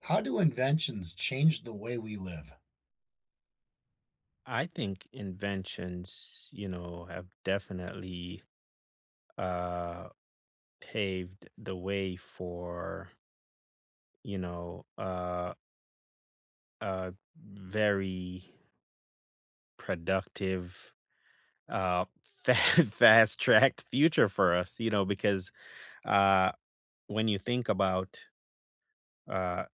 How do inventions change the way we live? I think inventions, you know, have definitely uh, paved the way for, you know, uh, a very productive, uh, fast tracked future for us, you know, because uh, when you think about, uh,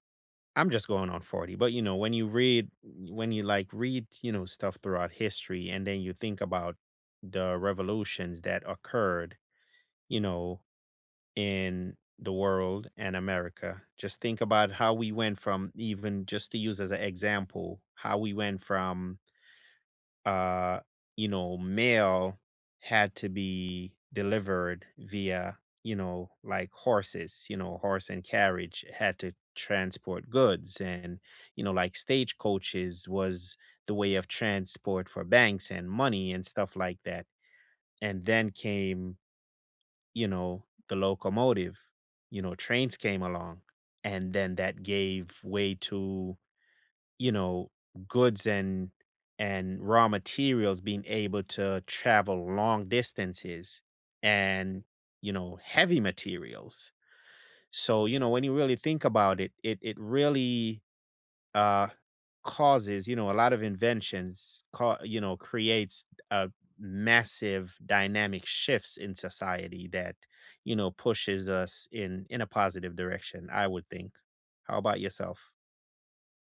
I'm just going on 40, but you know, when you read, when you like read, you know, stuff throughout history and then you think about the revolutions that occurred, you know, in the world and America. Just think about how we went from, even just to use as an example, how we went from uh, you know, mail had to be delivered via, you know, like horses, you know, horse and carriage had to transport goods, and, you know, like stagecoaches was the way of transport for banks and money and stuff like that. And then came, you know, the locomotive, you know, trains came along, and then that gave way to, you know, goods and raw materials being able to travel long distances and, you know, heavy materials. So, you know, when you really think about it, it really uh, causes, you know, a lot of inventions, cau you know, creates a massive dynamic shifts in society that, you know, pushes us in a positive direction, I would think. How about yourself?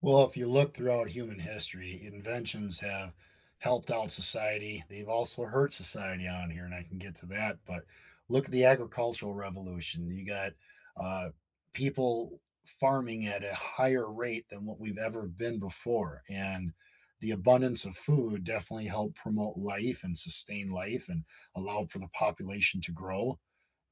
Well, if you look throughout human history, inventions have helped out society. They've also hurt society on here, and I can get to that. But look at the agricultural revolution. You got uh, people farming at a higher rate than what we've ever been before. And the abundance of food definitely helped promote life and sustain life and allow for the population to grow.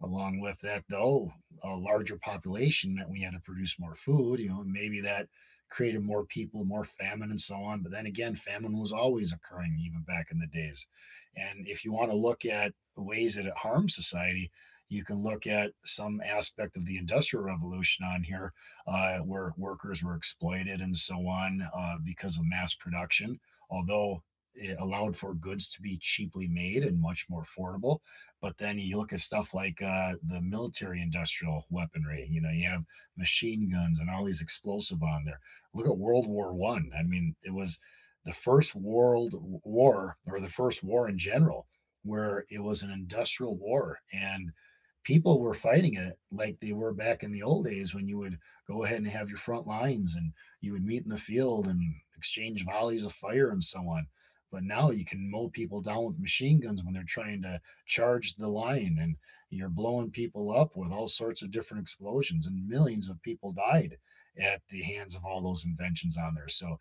Along with that, though, a larger population meant we had to produce more food, and maybe that created more people, more famine, and so on. But then again, famine was always occurring even back in the days. And if you want to look at the ways that it harms society, you can look at some aspect of the Industrial Revolution on here, where workers were exploited and so on because of mass production, although it allowed for goods to be cheaply made and much more affordable. But then you look at stuff like the military industrial weaponry, you have machine guns and all these explosive on there. Look at World War One. I mean, it was the first world war, or the first war in general, where it was an industrial war, and people were fighting it like they were back in the old days, when you would go ahead and have your front lines and you would meet in the field and exchange volleys of fire and so on. But now you can mow people down with machine guns when they're trying to charge the line, and you're blowing people up with all sorts of different explosions, and millions of people died at the hands of all those inventions on there. So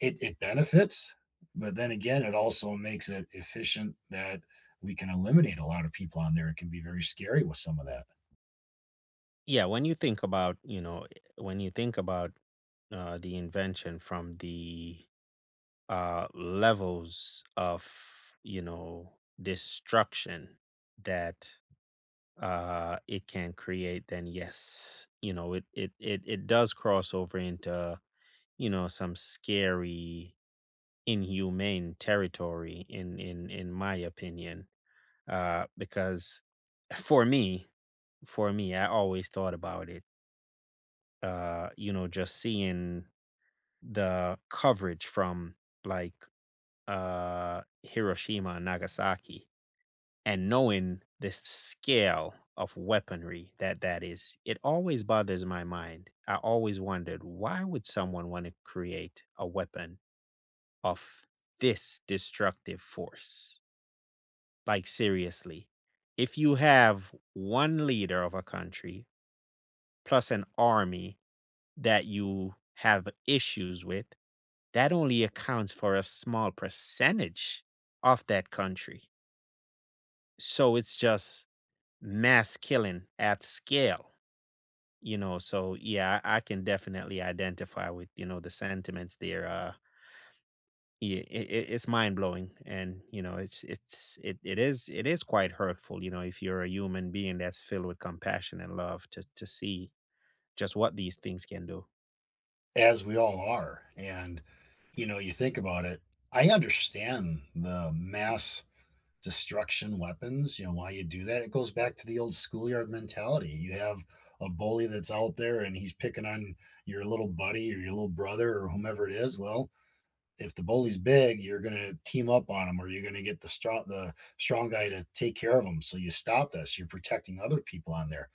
it benefits, but then again, it also makes it efficient that we can eliminate a lot of people on there. It can be very scary with some of that, Yeah, when you think about, you know, when you think about the invention from the levels of, you know, destruction that it can create, then yes, you know, it does cross over into, you know, some scary, inhumane territory, in my opinion, because for me for me, I always thought about it, you know, just seeing the coverage from, like Hiroshima and Nagasaki, and knowing the scale of weaponry that that is, it always bothers my mind. I always wondered, why would someone want to create a weapon of this destructive force? Like, seriously, if you have one leader of a country plus an army that you have issues with, that only accounts for a small percentage of that country. So it's just mass killing at scale. You know, so yeah, I can definitely identify with, you know, the sentiments there. Yeah, it's mind blowing, and you know it is quite hurtful. You know, if you're a human being that's filled with compassion and love, to see just what these things can do. as we all are. And you think about it, I understand the mass destruction weapons, why you do that. It goes back to the old schoolyard mentality. You have a bully that's out there, and he's picking on your little buddy or your little brother or whomever it is. Well, if the bully's big, you're going to team up on him, or you're going to get the strong guy to take care of him. So you stop this. You're protecting other people on there.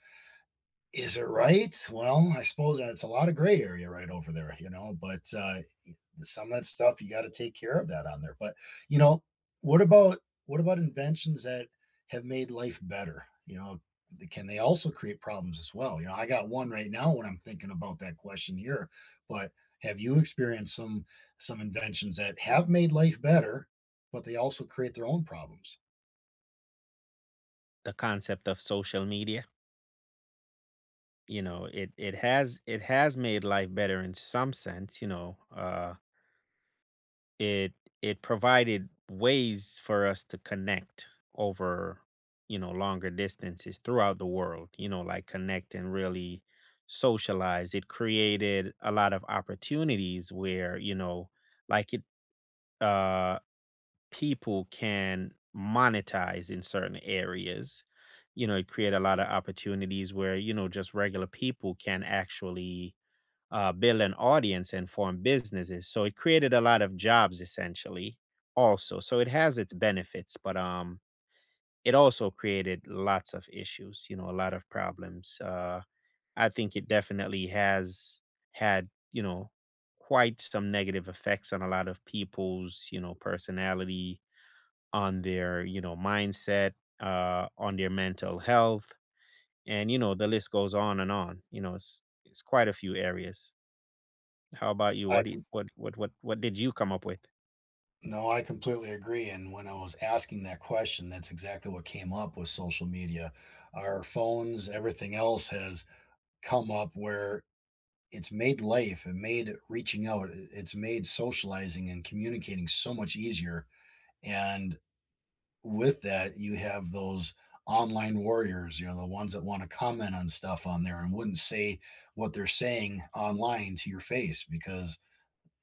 Is it right? Well, I suppose it's a lot of gray area right over there, you know. But some of that stuff, you got to take care of that on there. But you know, what about what about inventions that have made life better? Can they also create problems as well? I got one right now when I'm thinking about that question here. But have you experienced some inventions that have made life better, but they also create their own problems? The concept of social media, you know, it has made life better in some sense, you know. It it provided ways for us to connect over, you know, longer distances throughout the world. You know, like, connect and really socialize. It created a lot of opportunities where, you know, like it uh people can monetize in certain areas. You know, it created a lot of opportunities where, you know, just regular people can actually build an audience and form businesses. So it created a lot of jobs essentially also. So it has its benefits, but it also created lots of issues, you know, a lot of problems. I think it definitely has had, you know, quite some negative effects on a lot of people's, you know, personality, on their, you know, mindset, on their mental health, and you know, the list goes on and on. You know, it's quite a few areas. How about you? I What do you, com- what did you come up with? no, I completely agree. And when I was asking that question, that's exactly what came up with social media. Our phones, everything else has come up where it's made life. It made reaching out, it's made socializing and communicating so much easier, and with that you have those online warriors, the ones that want to comment on stuff on there, and wouldn't say what they're saying online to your face because,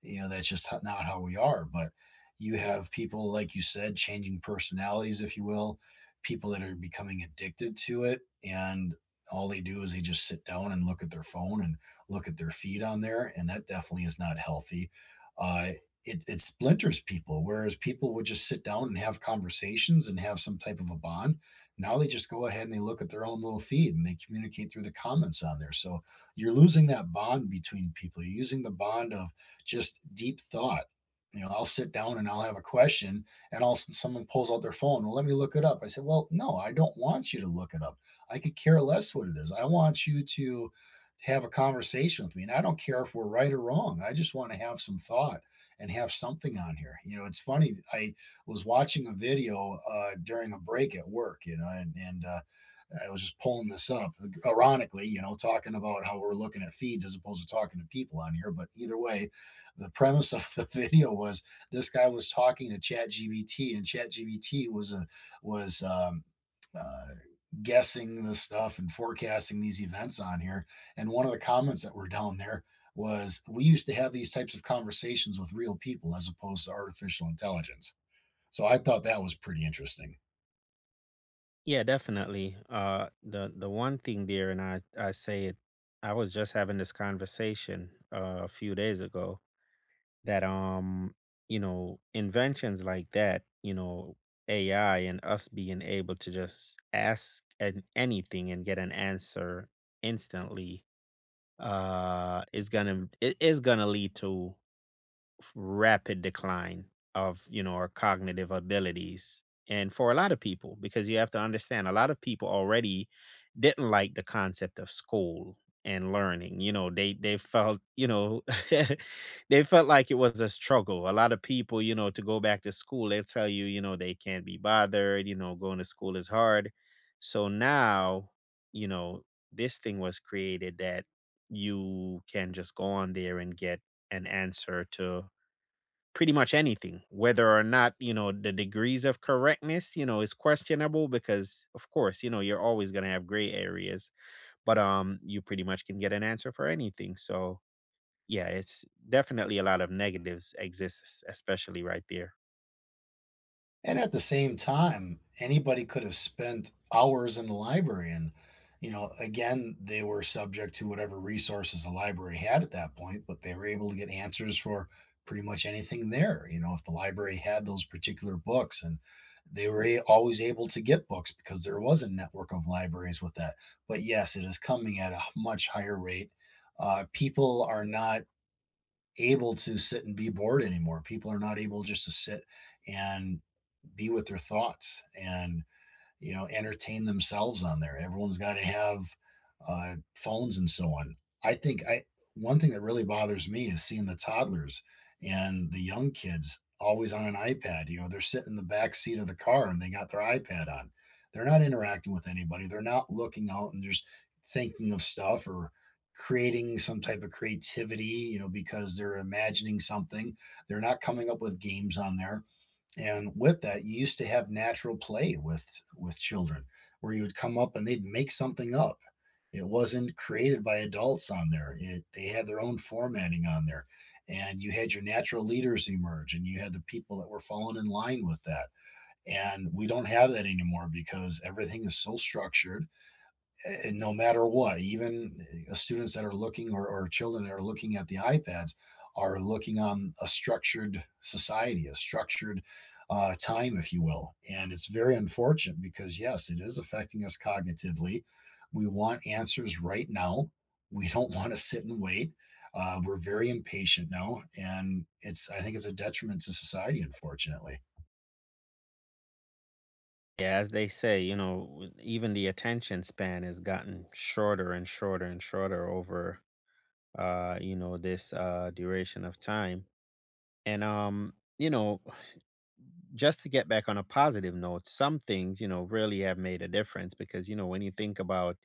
that's just not how we are. But you have people, like you said, changing personalities, if you will, people that are becoming addicted to it, and all they do is they just sit down and look at their phone and look at their feed on there, and that definitely is not healthy. uh, it, it splinters people, whereas people would just sit down and have conversations and have some type of a bond. Now they just go ahead and they look at their own little feed, and they communicate through the comments on there. So you're losing that bond between people. You're using the bond of just deep thought. I'll sit down and I'll have a question, and all of a sudden someone pulls out their phone. Well, let me look it up. I said, well, no, I don't want you to look it up. I could care less what it is. I want you to have a conversation with me. And I don't care if we're right or wrong. I just want to have some thought and have something on here. It's funny. I was watching a video during a break at work, and I was just pulling this up, ironically, talking about how we're looking at feeds as opposed to talking to people on here. But either way, the premise of the video was this guy was talking to ChatGPT, and ChatGPT was uh, guessing the stuff and forecasting these events on here. And one of the comments that were down there was, "We used to have these types of conversations with real people as opposed to artificial intelligence." So I thought that was pretty interesting. Yeah, definitely. The one thing there, and I say it. I was just having this conversation a few days ago that you know, inventions like that, you know, AI, and us being able to just ask an anything and get an answer instantly, is gonna, it is gonna lead to rapid decline of, you know, our cognitive abilities, and for a lot of people, because you have to understand, a lot of people already didn't like the concept of school and learning. You know, they felt, you know, they felt like it was a struggle. A lot of people, you know, to go back to school, they tell you, you know, they can't be bothered. You know, going to school is hard. So now, you know, this thing was created that you can just go on there and get an answer to pretty much anything, whether or not, you know, the degrees of correctness, you know, is questionable, because of course, you know, you're always going to have gray areas, but you pretty much can get an answer for anything. So yeah, it's definitely a lot of negatives exists, especially right there. And at the same time, anybody could have spent hours in the library and, again, they were subject to whatever resources the library had at that point, but they were able to get answers for pretty much anything there. If the library had those particular books, and they were always able to get books because there was a network of libraries with that. But yes, it is coming at a much higher rate. People are not able to sit and be bored anymore. People are not able just to sit and be with their thoughts, and entertain themselves on there. Everyone's got to have phones and so on. I think I One thing that really bothers me is seeing the toddlers and the young kids always on an iPad. They're sitting in the back seat of the car, and they got their iPad on. They're not interacting with anybody. They're not looking out and just thinking of stuff, or creating some type of creativity because they're imagining something. They're not coming up with games on there. And with that, you used to have natural play with children, where you would come up and they'd make something up. It wasn't created by adults on there. They had their own formatting on there, and you had your natural leaders emerge, and you had the people that were falling in line with that. And we don't have that anymore because everything is so structured, no matter what. Even students that are looking, or children that are looking at the iPads, are looking on a structured society, a structured time, if you will. And it's very unfortunate because, yes, it is affecting us cognitively. We want answers right now. We don't want to sit and wait. We're very impatient now. And I think it's a detriment to society, unfortunately. Yeah, as they say, you know, even the attention span has gotten shorter and shorter and shorter over, you know, this duration of time. And you know, just to get back on a positive note, some things, you know, really have made a difference because, you know, when you think about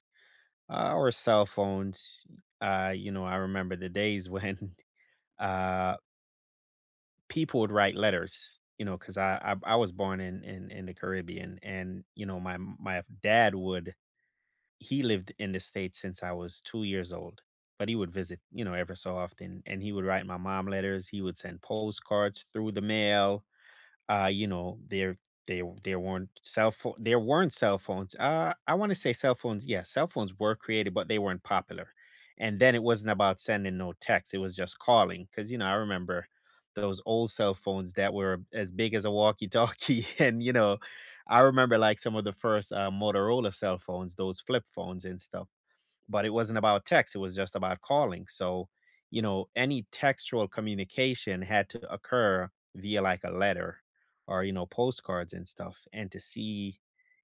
our cell phones, you know, I remember the days when uh, people would write letters, you know, because I was born in, in the Caribbean, and you know, my dad would, he lived in the states since I was 2 years old, but he would visit, you know, ever so often, and he would write my mom letters. He would send postcards through the mail. You know, there weren't cell phones. I want to say cell phones. Yeah, cell phones were created, but they weren't popular. And then it wasn't about sending no text; it was just calling. Because, you know, I remember those old cell phones that were as big as a walkie-talkie, and you know, I remember, like, some of the first Motorola cell phones, those flip phones and stuff, but it wasn't about text. It was just about calling. So, you know, any textual communication had to occur via, like, a letter or, you know, postcards and stuff. And to see,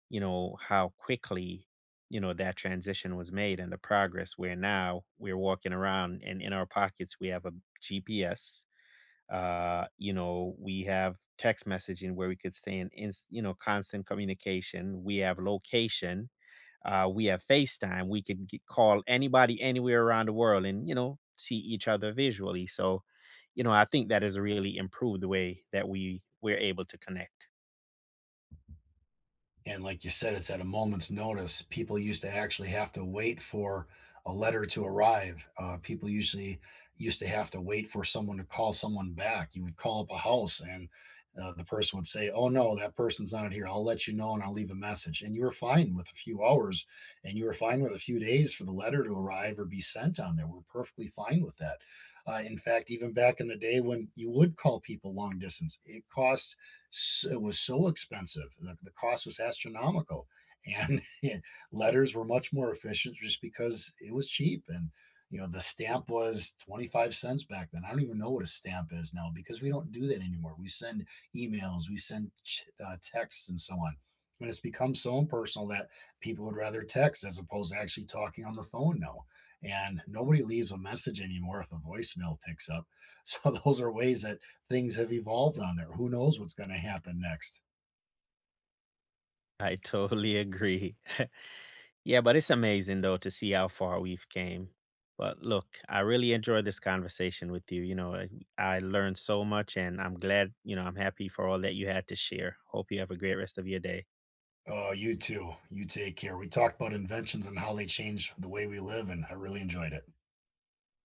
you know, how quickly, you know, that transition was made and the progress, where now we're walking around, and in our pockets we have a GPS. You know, we have text messaging where we could stay in, you know, constant communication. We have location, we have FaceTime. We could g call anybody anywhere around the world and, you know, see each other visually. So, you know, I think that has really improved the way that we're able to connect. And like you said, it's at a moment's notice. People used to actually have to wait for a letter to arrive. People usually used to have to wait for someone to call someone back. You would call up a house and the person would say, oh, no, that person's not here, I'll let you know, and I'll leave a message. And you were fine with a few hours, and you were fine with a few days for the letter to arrive or be sent on there. We're perfectly fine with that. In fact, even back in the day, when you would call people long distance, it was so expensive. The cost was astronomical, and letters were much more efficient just because it was cheap. And the stamp was 25 cents back then. I don't even know what a stamp is now because we don't do that anymore. We send emails, we send texts, and so on. And it's become so impersonal that people would rather text as opposed to actually talking on the phone now. And nobody leaves a message anymore if the voicemail picks up. So those are ways that things have evolved on there. Who knows what's going to happen next? I totally agree. Yeah, but it's amazing though to see how far we've came. But look, I really enjoyed this conversation with you. You know, I learned so much, and I'm glad, you know, I'm happy for all that you had to share. Hope you have a great rest of your day. Oh, you too. You take care. We talked about inventions and how they change the way we live, and I really enjoyed it.